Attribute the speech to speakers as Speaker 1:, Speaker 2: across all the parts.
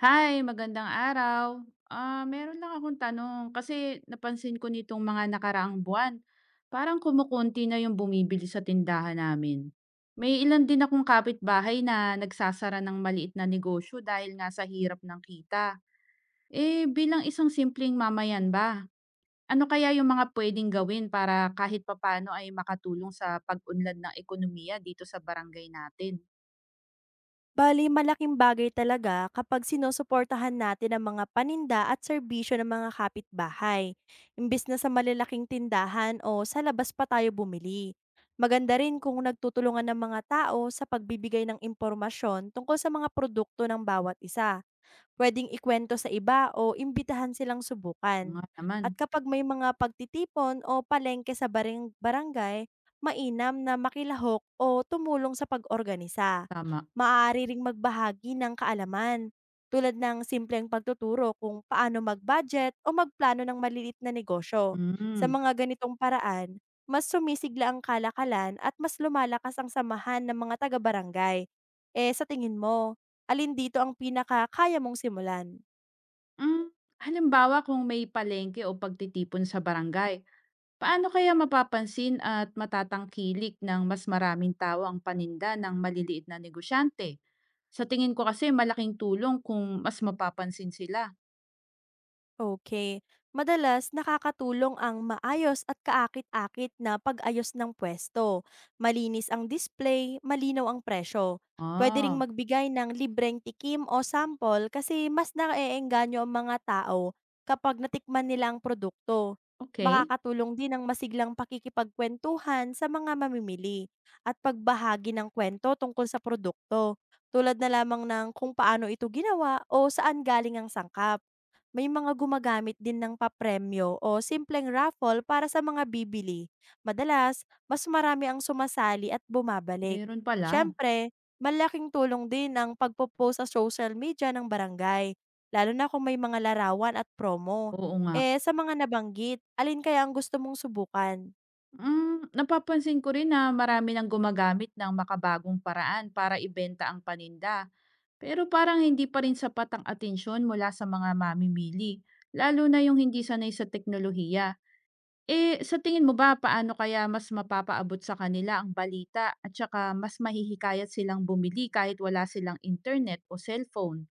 Speaker 1: Hi, magandang araw. Meron lang akong tanong kasi napansin ko nitong mga nakaraang buwan, parang kumukunti na yung bumibili sa tindahan namin. May ilan din akong kapitbahay na nagsasara ng maliit na negosyo dahil nga sa hirap ng kita. Eh, bilang isang simpleng mamayan ba? Ano kaya yung mga pwedeng gawin para kahit papano ay makatulong sa pag-unlad ng ekonomiya dito sa barangay natin?
Speaker 2: Bali malaking bagay talaga kapag sinusuportahan natin ang mga paninda at serbisyo ng mga kapitbahay, imbis na sa malalaking tindahan o sa labas pa tayo bumili. Maganda rin kung nagtutulungan ng mga tao sa pagbibigay ng impormasyon tungkol sa mga produkto ng bawat isa, puwedeng ikwento sa iba o imbitahan silang
Speaker 1: Oo
Speaker 2: subukan.
Speaker 1: nga naman,
Speaker 2: At kapag may mga pagtitipon o palengke sa baring barangay, mainam na makilahok o tumulong sa pag-organisa.
Speaker 1: tama.
Speaker 2: Maaari ring magbahagi ng kaalaman, tulad ng simpleng pagtuturo kung paano mag-budget o magplano ng maliliit na negosyo. Sa
Speaker 1: Mm.
Speaker 2: mga ganitong paraan, mas sumisigla ang kalakalan at mas lumalakas ang samahan ng mga taga-barangay. Eh, sa tingin mo, alin dito ang pinakakaya mong simulan?
Speaker 1: Hmm, halimbawa kung may palengke o pagtitipon sa barangay, paano kaya mapapansin at matatangkilik ng mas maraming tao ang paninda ng maliliit na negosyante? Sa tingin ko kasi malaking tulong kung mas mapapansin sila.
Speaker 2: Okay, madalas nakakatulong ang maayos at kaakit-akit na pag-ayos ng pwesto. Malinis ang display, malinaw ang presyo. Pwede ring
Speaker 1: Ah,
Speaker 2: magbigay ng libreng tikim o sample kasi mas naeengganyo ang mga tao kapag natikman nila ang produkto.
Speaker 1: okay.
Speaker 2: Makakatulong din ang masiglang pakikipagkwentuhan sa mga mamimili at pagbahagi ng kwento tungkol sa produkto, tulad na lamang ng kung paano ito ginawa o saan galing ang sangkap. May mga gumagamit din ng papremyo o simpleng raffle para sa mga bibili. Madalas, mas marami ang sumasali at bumabalik.
Speaker 1: Meron pala.
Speaker 2: Siyempre, malaking tulong din ang pagpo sa social media ng barangay, lalo na kung may mga larawan at promo.
Speaker 1: Oo nga.
Speaker 2: Eh, sa mga nabanggit, alin kaya ang gusto mong subukan?
Speaker 1: Mm, napapansin ko rin na marami nang gumagamit ng makabagong paraan para ibenta ang paninda. Pero parang hindi pa rin sapat ang atensyon mula sa mga mamimili, lalo na yung hindi sanay sa teknolohiya. Eh, sa tingin mo ba paano kaya mas mapapaabot sa kanila ang balita at saka mas mahihikayat silang bumili kahit wala silang internet o cellphone?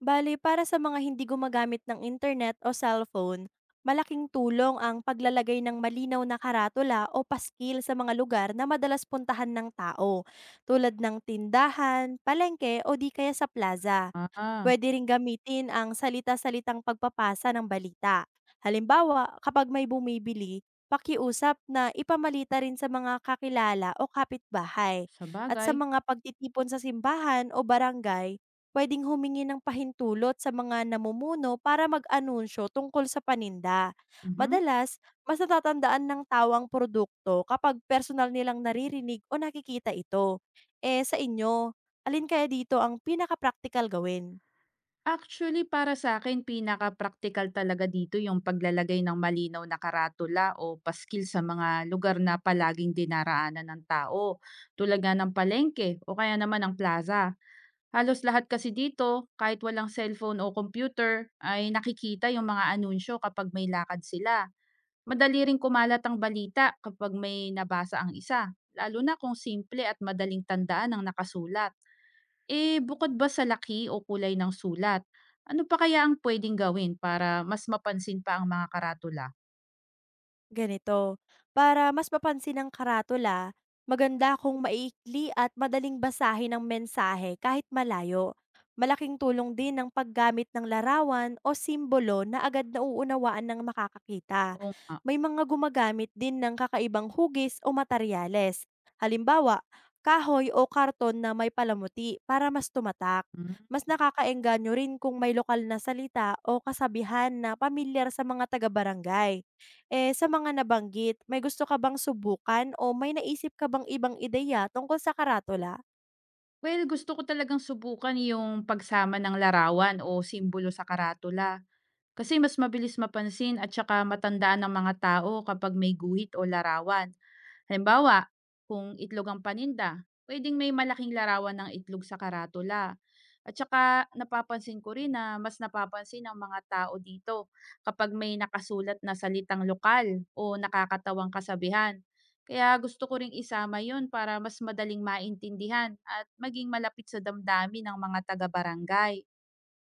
Speaker 2: Bali, para sa mga hindi gumagamit ng internet o cellphone, malaking tulong ang paglalagay ng malinaw na karatula o paskil sa mga lugar na madalas puntahan ng tao, tulad ng tindahan, palengke o di kaya sa plaza.
Speaker 1: Ah, ah,
Speaker 2: Puwede ring gamitin ang salita-salitang pagpapasa ng balita. Halimbawa, kapag may bumibili, pakiusap na ipamalita rin sa mga kakilala o kapitbahay.
Speaker 1: sa
Speaker 2: At sa
Speaker 1: bagay.
Speaker 2: mga pagtitipon sa simbahan o barangay, pwedeng humingi ng pahintulot sa mga namumuno para mag-anunsyo tungkol sa paninda.
Speaker 1: Mhm.
Speaker 2: Madalas, mas natatandaan ng tawang produkto kapag personal nilang naririnig o nakikita ito. Eh, sa inyo, alin kaya dito ang pinaka-praktikal gawin?
Speaker 1: Actually, para sa akin pinaka practical talaga dito yung paglalagay ng malinaw na karatula o paskil sa mga lugar na palaging dinaraanan ng tao, tulad nga ng palengke o kaya naman ng plaza. Halos lahat kasi dito, kahit walang cellphone o computer, ay nakikita yung mga anunsyo kapag may lakad sila. Madali ring kumalat ang balita kapag may nabasa ang isa, lalo na kung simple at madaling tandaan ang nakasulat. Eh, bukod ba sa laki o kulay ng sulat, ano pa kaya ang pwedeng gawin para mas mapansin pa ang mga karatula?
Speaker 2: Ganito, para mas mapansin ng karatula, maganda kung maiikli at madaling basahin ang mensahe kahit malayo. Malaking tulong din ang paggamit ng larawan o simbolo na agad nauunawaan ng makakakita.
Speaker 1: Oo nga.
Speaker 2: May mga gumagamit din ng kakaibang hugis o materyales. Halimbawa, kahoy o karton na may palamuti para mas tumatak.
Speaker 1: Hmm.
Speaker 2: Mas nakakaengganyo rin kung may lokal na salita o kasabihan na pamilyar sa mga taga-barangay. Eh, sa mga nabanggit, may gusto ka bang subukan o may naisip ka bang ibang ideya tungkol sa karatula?
Speaker 1: Well, gusto ko talagang subukan yung pagsama ng larawan o simbolo sa karatula. Kasi mas mabilis mapansin at saka matandaan ng mga tao kapag may guhit o larawan. Halimbawa, kung itlog ang paninda, pwedeng may malaking larawan ng itlog sa karatula. At saka napapansin ko rin na mas napapansin ng mga tao dito kapag may nakasulat na salitang lokal o nakakatawang kasabihan. Kaya gusto ko ring isama yon para mas madaling maintindihan at maging malapit sa damdamin ng mga taga-barangay.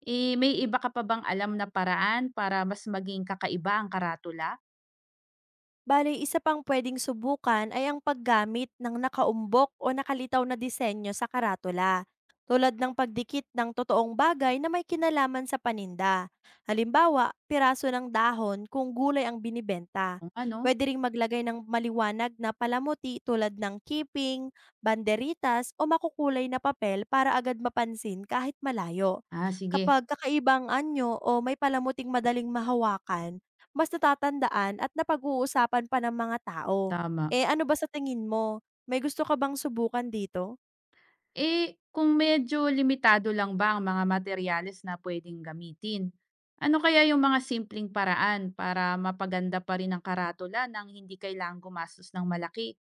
Speaker 1: Eh, may iba ka pa bang alam na paraan para mas maging kakaiba ang karatula?
Speaker 2: Bale, isa pang pwedeng subukan ay ang paggamit ng nakaumbok o nakalitaw na disenyo sa karatula, tulad ng pagdikit ng totoong bagay na may kinalaman sa paninda. Halimbawa, piraso ng dahon kung gulay ang binibenta.
Speaker 1: Kung ano?
Speaker 2: Pwede ring maglagay ng maliwanag na palamuti tulad ng keeping, banderitas o makukulay na papel para agad mapansin kahit malayo.
Speaker 1: Ah, sige.
Speaker 2: Kapag kakaibang anyo o may palamuting madaling mahawakan, mas natatandaan at napag-uusapan pa ng mga tao.
Speaker 1: Tama.
Speaker 2: Eh, ano ba sa tingin mo, may gusto ka bang subukan dito?
Speaker 1: Eh, kung medyo limitado lang ba ang mga materyales na pwedeng gamitin? Ano kaya yung mga simpleng paraan para mapaganda pa rin ang karatula nang hindi kailangang gumastos ng malaki?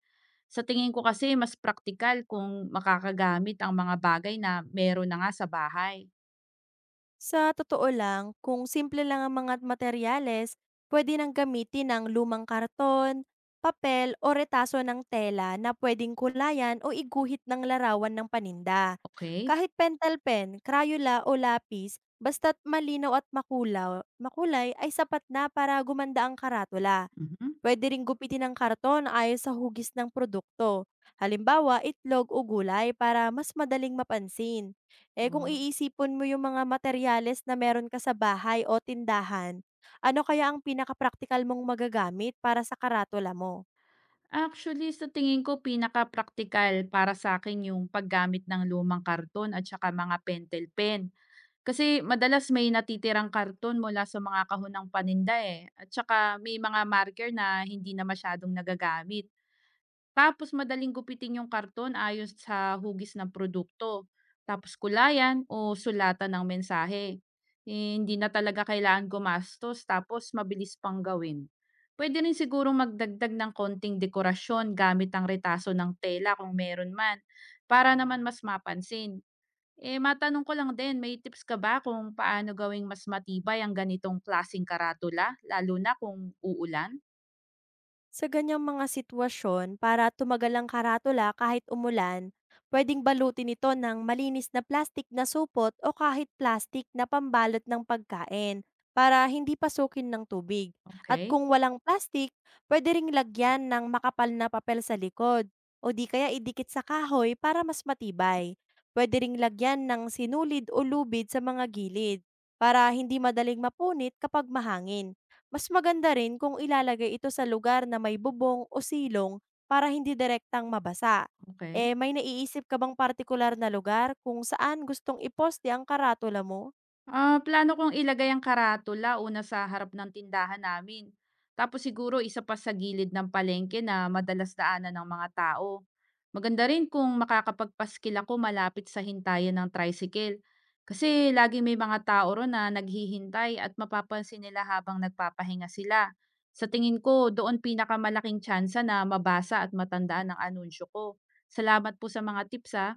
Speaker 1: Sa tingin ko kasi mas praktikal kung makakagamit ang mga bagay na meron na nga sa bahay.
Speaker 2: Sa totoo lang, kung simple lang ang mga materyales, pwede nang gamitin ang lumang karton, papel o retaso ng tela na pwedeng kulayan o iguhit ng larawan ng paninda.
Speaker 1: Okay?
Speaker 2: Kahit pentel pen, crayola o lapis, basta't malinaw at makulay ay sapat na para gumanda ang karatula.
Speaker 1: Mhm.
Speaker 2: Pwede ring gupitin ng karton ayon sa hugis ng produkto. Halimbawa, itlog o gulay para mas madaling mapansin. Eh, kung
Speaker 1: Oh.
Speaker 2: iisipon mo yung mga materyales na meron ka sa bahay o tindahan, ano kaya ang pinakapraktikal mong magagamit para sa karatula mo?
Speaker 1: Actually, sa tingin ko pinaka-praktikal para sa akin yung paggamit ng lumang karton at saka mga pentel pen. Kasi madalas may natitirang karton mula sa mga kahon ng paninda, eh, at saka may mga marker na hindi na masyadong nagagamit. Tapos madaling gupitin yung karton ayos sa hugis ng produkto, tapos kulayan o sulatan ng mensahe. Eh, hindi na talaga kailangan gumastos tapos mabilis pang gawin. Pwede rin sigurong magdagdag ng konting dekorasyon gamit ang retaso ng tela kung meron man para naman mas mapansin. Eh, matanong ko lang din, may tips ka ba kung paano gawing mas matibay ang ganitong klaseng karatula, lalo na kung uulan?
Speaker 2: Sa ganyang mga sitwasyon, para tumagal ang karatula kahit umulan, pwedeng balutin ito ng malinis na plastik na supot o kahit plastik na pambalot ng pagkain para hindi pasukin ng tubig. At
Speaker 1: Okay,
Speaker 2: kung walang plastik, pwede ring lagyan ng makapal na papel sa likod o di kaya idikit sa kahoy para mas matibay. Pwede ring lagyan ng sinulid o lubid sa mga gilid para hindi madaling mapunit kapag mahangin. Mas maganda rin kung ilalagay ito sa lugar na may bubong o silong para hindi direktang mabasa.
Speaker 1: okay?
Speaker 2: Eh, may naiisip ka bang partikular na lugar kung saan gustong iposte ang karatula mo?
Speaker 1: Ah, plano kong ilagay ang karatula una sa harap ng tindahan namin. Tapos siguro isa pa sa gilid ng palengke na madalas daanan ng mga tao. Maganda rin kung makakapagpaskil ako malapit sa hintayan ng tricycle. Kasi lagi may mga tao ro na naghihintay at mapapansin nila habang nagpapahinga sila. Sa tingin ko, doon pinakamalaking tsansa na mabasa at matandaan ang anunsyo ko. Salamat po sa mga tips ha.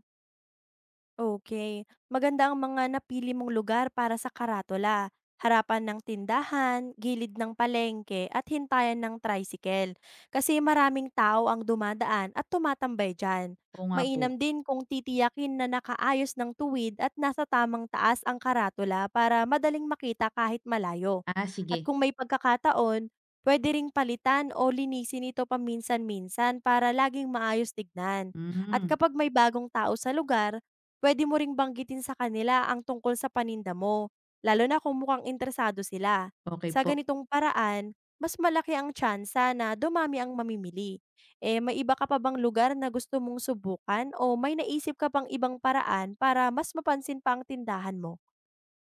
Speaker 2: Okay, maganda ang mga napili mong lugar para sa karatula, harapan ng tindahan, gilid ng palengke at hintayan ng tricycle kasi maraming tao ang dumadaan at tumatambay diyan.
Speaker 1: Oo nga po.
Speaker 2: Mainam din kung titiyakin na nakaayos ng tuwid at nasa tamang taas ang karatula para madaling makita kahit malayo.
Speaker 1: Ah,
Speaker 2: At
Speaker 1: sige.
Speaker 2: kung may pagkakataon, puwede ring palitan o linisin ito paminsan-minsan para laging maayos tignan. At
Speaker 1: Mm,
Speaker 2: kapag may bagong tao sa lugar, puwede mo ring banggitin sa kanila ang tungkol sa paninda mo, lalo na kung mukhang interesado sila.
Speaker 1: okay
Speaker 2: Sa
Speaker 1: po.
Speaker 2: ganitong paraan, mas malaki ang tsansa na dumami ang mamimili. Eh, may iba ka pa bang lugar na gusto mong subukan o may naisip ka pang ibang paraan para mas mapansin pa ang tindahan mo?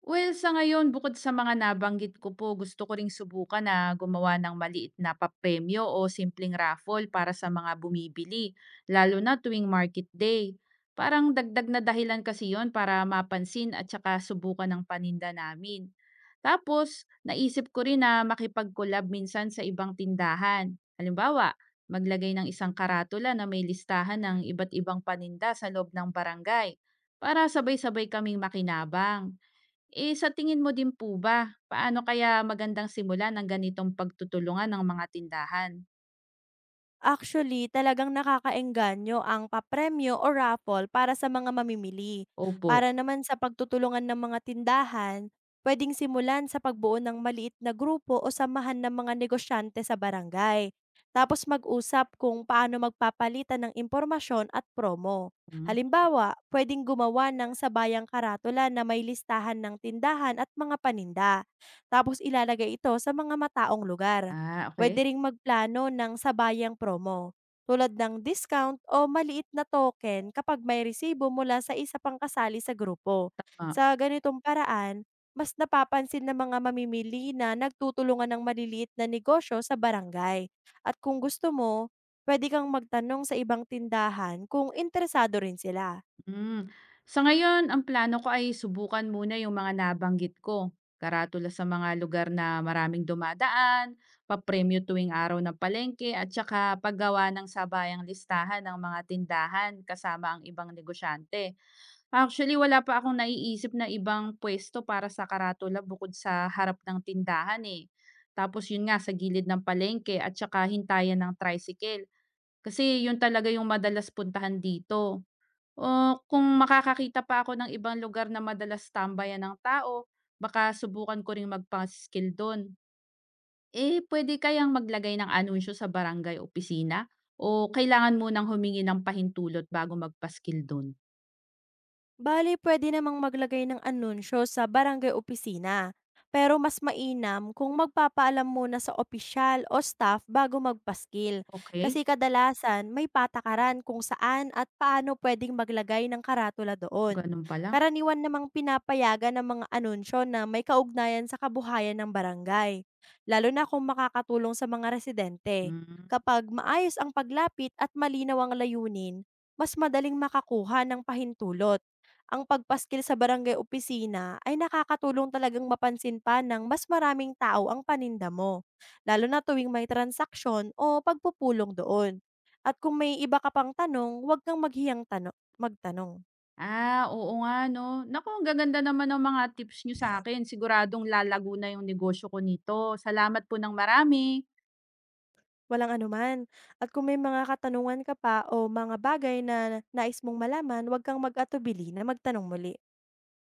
Speaker 1: Well, sa ngayon bukod sa mga nabanggit ko po, gusto ko ring subukan na gumawa ng maliit na papremyo o simpleng raffle para sa mga bumibili, lalo na tuwing market day. Parang dagdag na dahilan kasi yon para mapansin at saka subukan ng paninda namin. Tapos, naisip ko rin na makipag-collab minsan sa ibang tindahan. Halimbawa, maglagay ng isang karatula na may listahan ng iba't ibang paninda sa loob ng barangay para sabay-sabay kaming makinabang. Eh, sa tingin mo din po ba, paano kaya magandang simulan ng ganitong pagtutulungan ng mga tindahan?
Speaker 2: Actually, talagang nakakaengganyo ang papremyo o raffle para sa mga mamimili.
Speaker 1: Opo.
Speaker 2: Para naman sa pagtutulungan ng mga tindahan, pwedeng simulan sa pagbuo ng maliit na grupo o samahan ng mga negosyante sa barangay. Tapos mag-usap kung paano magpapalitan ng impormasyon at promo.
Speaker 1: Hmm.
Speaker 2: Halimbawa, pwedeng gumawa ng sabayang karatula na may listahan ng tindahan at mga paninda. Tapos ilalagay ito sa mga mataong lugar.
Speaker 1: Ah,
Speaker 2: Puwede
Speaker 1: okay.
Speaker 2: ring magplano ng sabayang promo, tulad ng discount o maliit na token kapag may resibo mula sa isa pang kasali sa grupo.
Speaker 1: Tama.
Speaker 2: Sa ganitong paraan, mas napapansin ng mga mamimili na nagtutulungan ng maliliit na negosyo sa barangay. At kung gusto mo, puwede kang magtanong sa ibang tindahan kung interesado rin sila.
Speaker 1: Hmm. Sa ngayon, ang plano ko ay subukan muna yung mga nabanggit ko, karatula sa mga lugar na maraming dumadaan, papremyo tuwing araw ng palengke at saka paggawa ng sabayang listahan ng mga tindahan kasama ang ibang negosyante. Actually, wala pa akong naiisip na ibang puwesto para sa karatula bukod sa harap ng tindahan, eh. Tapos yun nga, sa gilid ng palengke at saka hintayan ng tricycle. Kasi yun talaga yung madalas puntahan dito. O kung makakakita pa ako ng ibang lugar na madalas tambayan ng tao, baka subukan ko ring magpa doon. Eh, pwede kayang maglagay ng anunsyo sa barangay opisina? O kailangan munang humingi ng pahintulot bago magpa-skill doon?
Speaker 2: Bali puwede namang maglagay ng anunsyo sa barangay opisina. Pero mas mainam kung magpapaalam muna sa opisyal o staff bago magpaskil.
Speaker 1: Okey,
Speaker 2: Kasi kadalasan may patakaran kung saan at paano pwedeng maglagay ng karatula doon.
Speaker 1: ganun pala.
Speaker 2: Karaniwan namang pinapayagan ng mga anunsyo na may kaugnayan sa kabuhayan ng barangay. Lalo na kung makakatulong sa mga residente.
Speaker 1: Hmm.
Speaker 2: Kapag maayos ang paglapit at malinaw ang layunin, mas madaling makakuha ng pahintulot. Ang pagpaskil sa barangay opisina ay nakakatulong talagang mapansin pa ng mas maraming tao ang paninda mo, lalo na tuwing may transaksyon o pagpupulong doon. At kung may iba ka pang tanong, huwag kang maghiyang magtanong.
Speaker 1: Ah, oo nga 'no. Naku, ang gaganda naman ng mga tips niyo akin. Siguradong lalago na yung negosyo ko nito. Salamat po ng marami.
Speaker 2: Walang anuman. At kung may mga katanungan ka pa o mga bagay na nais mong malaman, huwag kang mag-atubili na magtanong muli.